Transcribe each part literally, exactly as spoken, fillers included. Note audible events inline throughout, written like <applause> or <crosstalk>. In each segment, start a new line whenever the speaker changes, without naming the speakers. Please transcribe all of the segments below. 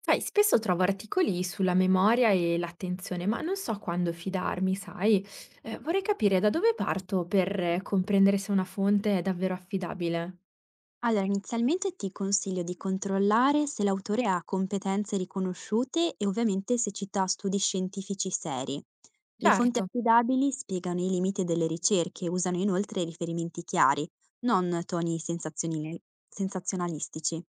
Sai, spesso trovo articoli sulla memoria e l'attenzione, ma non so quando fidarmi, sai? Eh, vorrei capire da dove parto per eh, comprendere se una fonte è davvero affidabile.
Allora, inizialmente ti consiglio di controllare se l'autore ha competenze riconosciute e ovviamente se cita studi scientifici seri. Le
Certo.
fonti affidabili spiegano i limiti delle ricerche, usano inoltre riferimenti chiari, non toni sensazionali- sensazionalistici.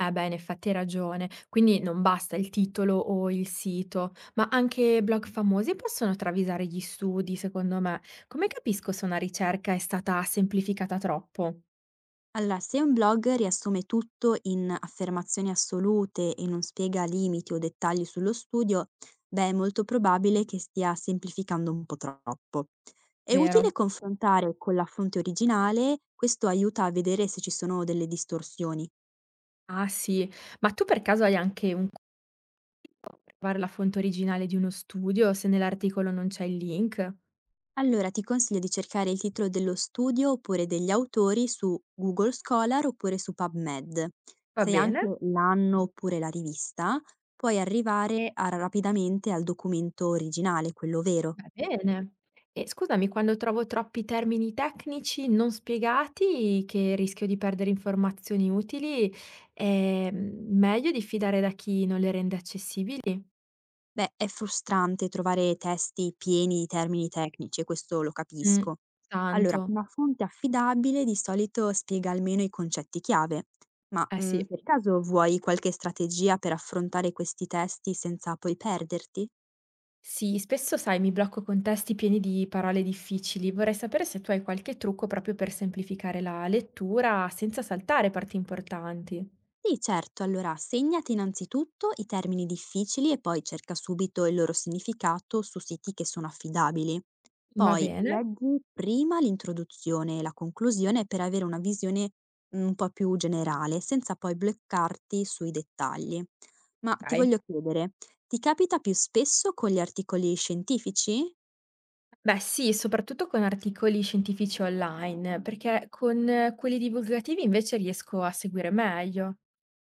Eh beh, in effetti hai ragione. Quindi non basta il titolo o il sito, ma anche blog famosi possono travisare gli studi, secondo me. Come capisco se una ricerca è stata semplificata troppo?
Allora, se un blog riassume tutto in affermazioni assolute e non spiega limiti o dettagli sullo studio, beh, è molto probabile che stia semplificando un po' troppo. È
Vero?
utile confrontare con la fonte originale, questo aiuta a vedere se ci sono delle distorsioni.
Ah sì, ma tu per caso hai anche un... Trovare la fonte originale di uno studio, se nell'articolo non c'è il link.
Allora ti consiglio di cercare il titolo dello studio oppure degli autori su Google Scholar oppure su PubMed.
Va
Se
bene?
anche l'anno oppure la rivista, puoi arrivare a rapidamente al documento originale, quello vero.
Va bene. E scusami, quando trovo troppi termini tecnici non spiegati, che rischio di perdere informazioni utili, è mm, meglio diffidare da chi non le rende accessibili?
Beh, è frustrante trovare testi pieni di termini tecnici e questo lo
Mm,
capisco. Allora,
tanto.
una fonte affidabile di solito spiega almeno i concetti chiave, ma
Eh
mm,
sì.
per caso vuoi qualche strategia per affrontare questi testi senza poi perderti?
Sì, spesso sai, mi blocco con testi pieni di parole difficili. Vorrei sapere se tu hai qualche trucco proprio per semplificare la lettura senza saltare parti importanti.
Sì, certo. Allora, segnati innanzitutto i termini difficili e poi cerca subito il loro significato su siti che sono affidabili.
Va
Poi
bene.
leggi prima l'introduzione e la conclusione per avere una visione mm, un po' più generale, senza poi bloccarti sui dettagli. Ma ti
Okay.
voglio chiedere, ti capita più spesso con gli articoli scientifici?
Beh sì, soprattutto con articoli scientifici online, perché con eh, quelli divulgativi invece riesco a seguire meglio.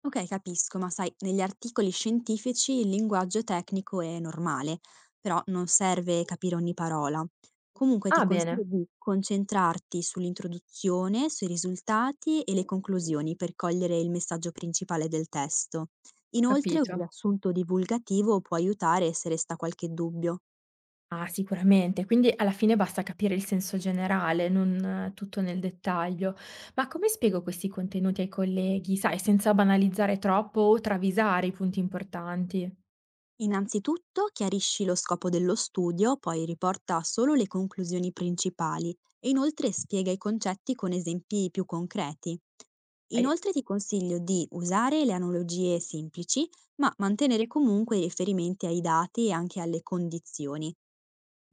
Okay, capisco, ma sai, negli articoli scientifici il linguaggio tecnico è normale, però non serve capire ogni parola. Comunque ti
Ah
consiglio
bene,
di concentrarti sull'introduzione, sui risultati e le conclusioni per cogliere il messaggio principale del testo.
ho
Inoltre un
capito.
riassunto divulgativo può aiutare se resta qualche dubbio.
Ah sicuramente, quindi alla fine basta capire il senso generale, non eh, tutto nel dettaglio. Ma come spiego questi contenuti ai colleghi, sai, senza banalizzare troppo o travisare i punti importanti?
Innanzitutto chiarisci lo scopo dello studio, poi riporta solo le conclusioni principali e inoltre spiega i concetti con esempi più concreti. Inoltre ti consiglio di usare le analogie semplici, ma mantenere comunque i riferimenti ai dati e anche alle condizioni.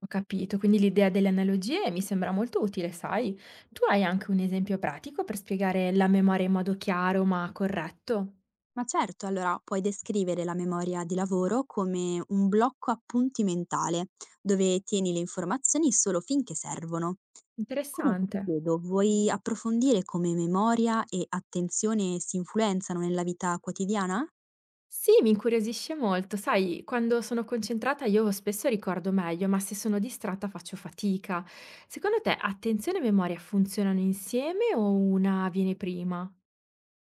Ho capito, quindi l'idea delle analogie mi sembra molto utile, sai? Tu hai anche un esempio pratico per spiegare la memoria in modo chiaro ma corretto?
Ma certo, allora puoi descrivere la memoria di lavoro come un blocco appuntimentale, dove tieni le informazioni solo finché servono. Comunque ti
Interessante.
chiedo, vuoi approfondire come memoria e attenzione si influenzano nella vita quotidiana?
Sì, mi incuriosisce molto, sai, quando sono concentrata io spesso ricordo meglio, ma se sono distratta faccio fatica. Secondo te attenzione e memoria funzionano insieme o una viene prima?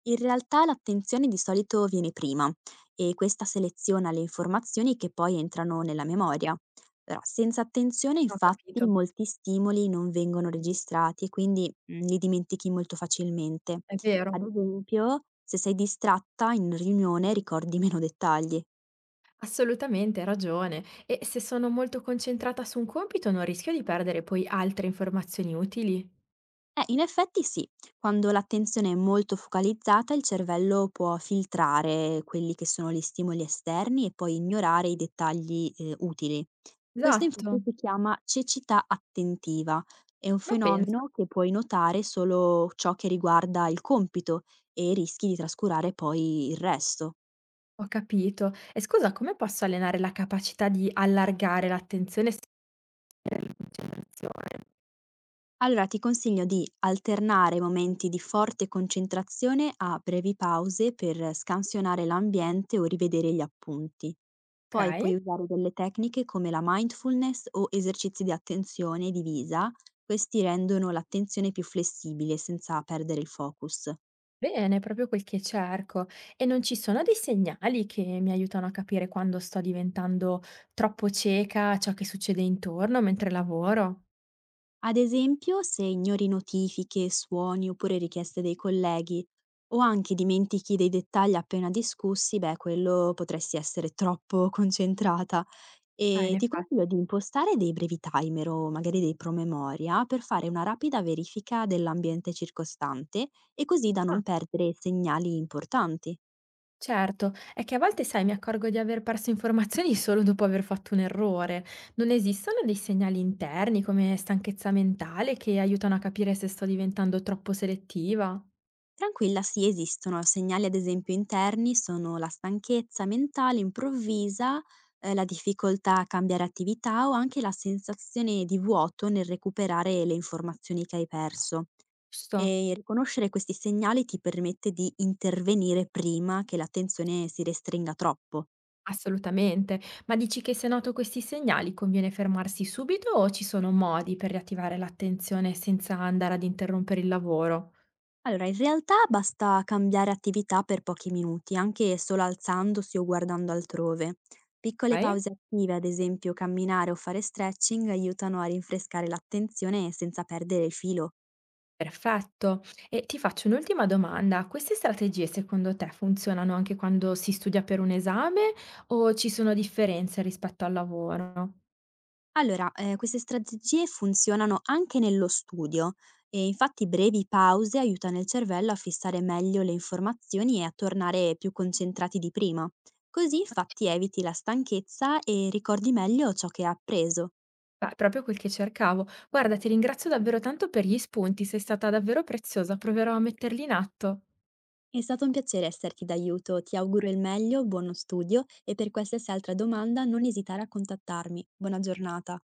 In realtà l'attenzione di solito viene prima e questa seleziona le informazioni che poi entrano nella memoria. Però senza attenzione
Ho
infatti
capito,
molti stimoli non vengono registrati e quindi mm, li dimentichi molto facilmente.
è vero.
Ad esempio, se sei distratta in riunione ricordi meno dettagli.
Assolutamente, hai ragione. E se sono molto concentrata su un compito non rischio di perdere poi altre informazioni utili?
Eh, in effetti sì, quando l'attenzione è molto focalizzata, il cervello può filtrare quelli che sono gli stimoli esterni e poi ignorare i dettagli, ehm, utili. Questo
Esatto,
infatti si chiama cecità attentiva, è un
ma pensa,
fenomeno che puoi notare solo ciò che riguarda il compito e rischi di trascurare poi il resto.
ho capito. E scusa, come posso allenare la capacità di allargare l'attenzione senza concentrazione?
Allora ti consiglio di alternare momenti di forte concentrazione a brevi pause per scansionare l'ambiente o rivedere gli appunti. Poi
Okay,
puoi usare delle tecniche come la mindfulness o esercizi di attenzione divisa, questi rendono l'attenzione più flessibile senza perdere il focus.
bene, proprio quel che cerco. E non ci sono dei segnali che mi aiutano a capire quando sto diventando troppo cieca a ciò che succede intorno mentre lavoro?
Ad esempio, se ignori notifiche, suoni oppure richieste dei colleghi o anche dimentichi dei dettagli appena discussi, beh, quello potresti essere troppo <laughs> concentrata.
Ah, in
E ti
effetti.
consiglio di impostare dei brevi timer o magari dei promemoria per fare una rapida verifica dell'ambiente circostante e così da
Ah,
non perdere segnali importanti.
certo, è che a volte, sai, mi accorgo di aver perso informazioni <laughs> solo dopo aver fatto un errore. Non esistono dei segnali interni come stanchezza mentale che aiutano a capire se sto diventando troppo selettiva?
Tranquilla, sì, esistono. Segnali ad esempio interni sono la stanchezza mentale improvvisa, eh, la difficoltà a cambiare attività o anche la sensazione di vuoto nel recuperare le informazioni che hai perso.
Giusto?
E riconoscere questi segnali ti permette di intervenire prima che l'attenzione si restringa troppo.
Assolutamente. Ma dici che se noto questi segnali conviene fermarsi subito o ci sono modi per riattivare l'attenzione senza andare ad interrompere il lavoro?
Allora, in realtà basta cambiare attività per pochi minuti, anche solo alzandosi o guardando altrove. Piccole
Ok?
pause attive, ad esempio camminare o fare stretching, aiutano a rinfrescare l'attenzione senza perdere il filo.
Perfetto. E ti faccio un'ultima domanda. Queste strategie secondo te funzionano anche quando si studia per un esame o ci sono differenze rispetto al lavoro?
Allora, eh, queste strategie funzionano anche nello studio e infatti brevi pause aiutano il cervello a fissare meglio le informazioni e a tornare più concentrati di prima. Così infatti eviti la stanchezza e ricordi meglio ciò che hai appreso.
Beh, proprio quel che cercavo. Guarda, ti ringrazio davvero tanto per gli spunti, sei stata davvero preziosa, proverò a metterli in atto.
È stato un piacere esserti d'aiuto, ti auguro il meglio, buono studio e per qualsiasi altra domanda non esitare a contattarmi. Buona giornata.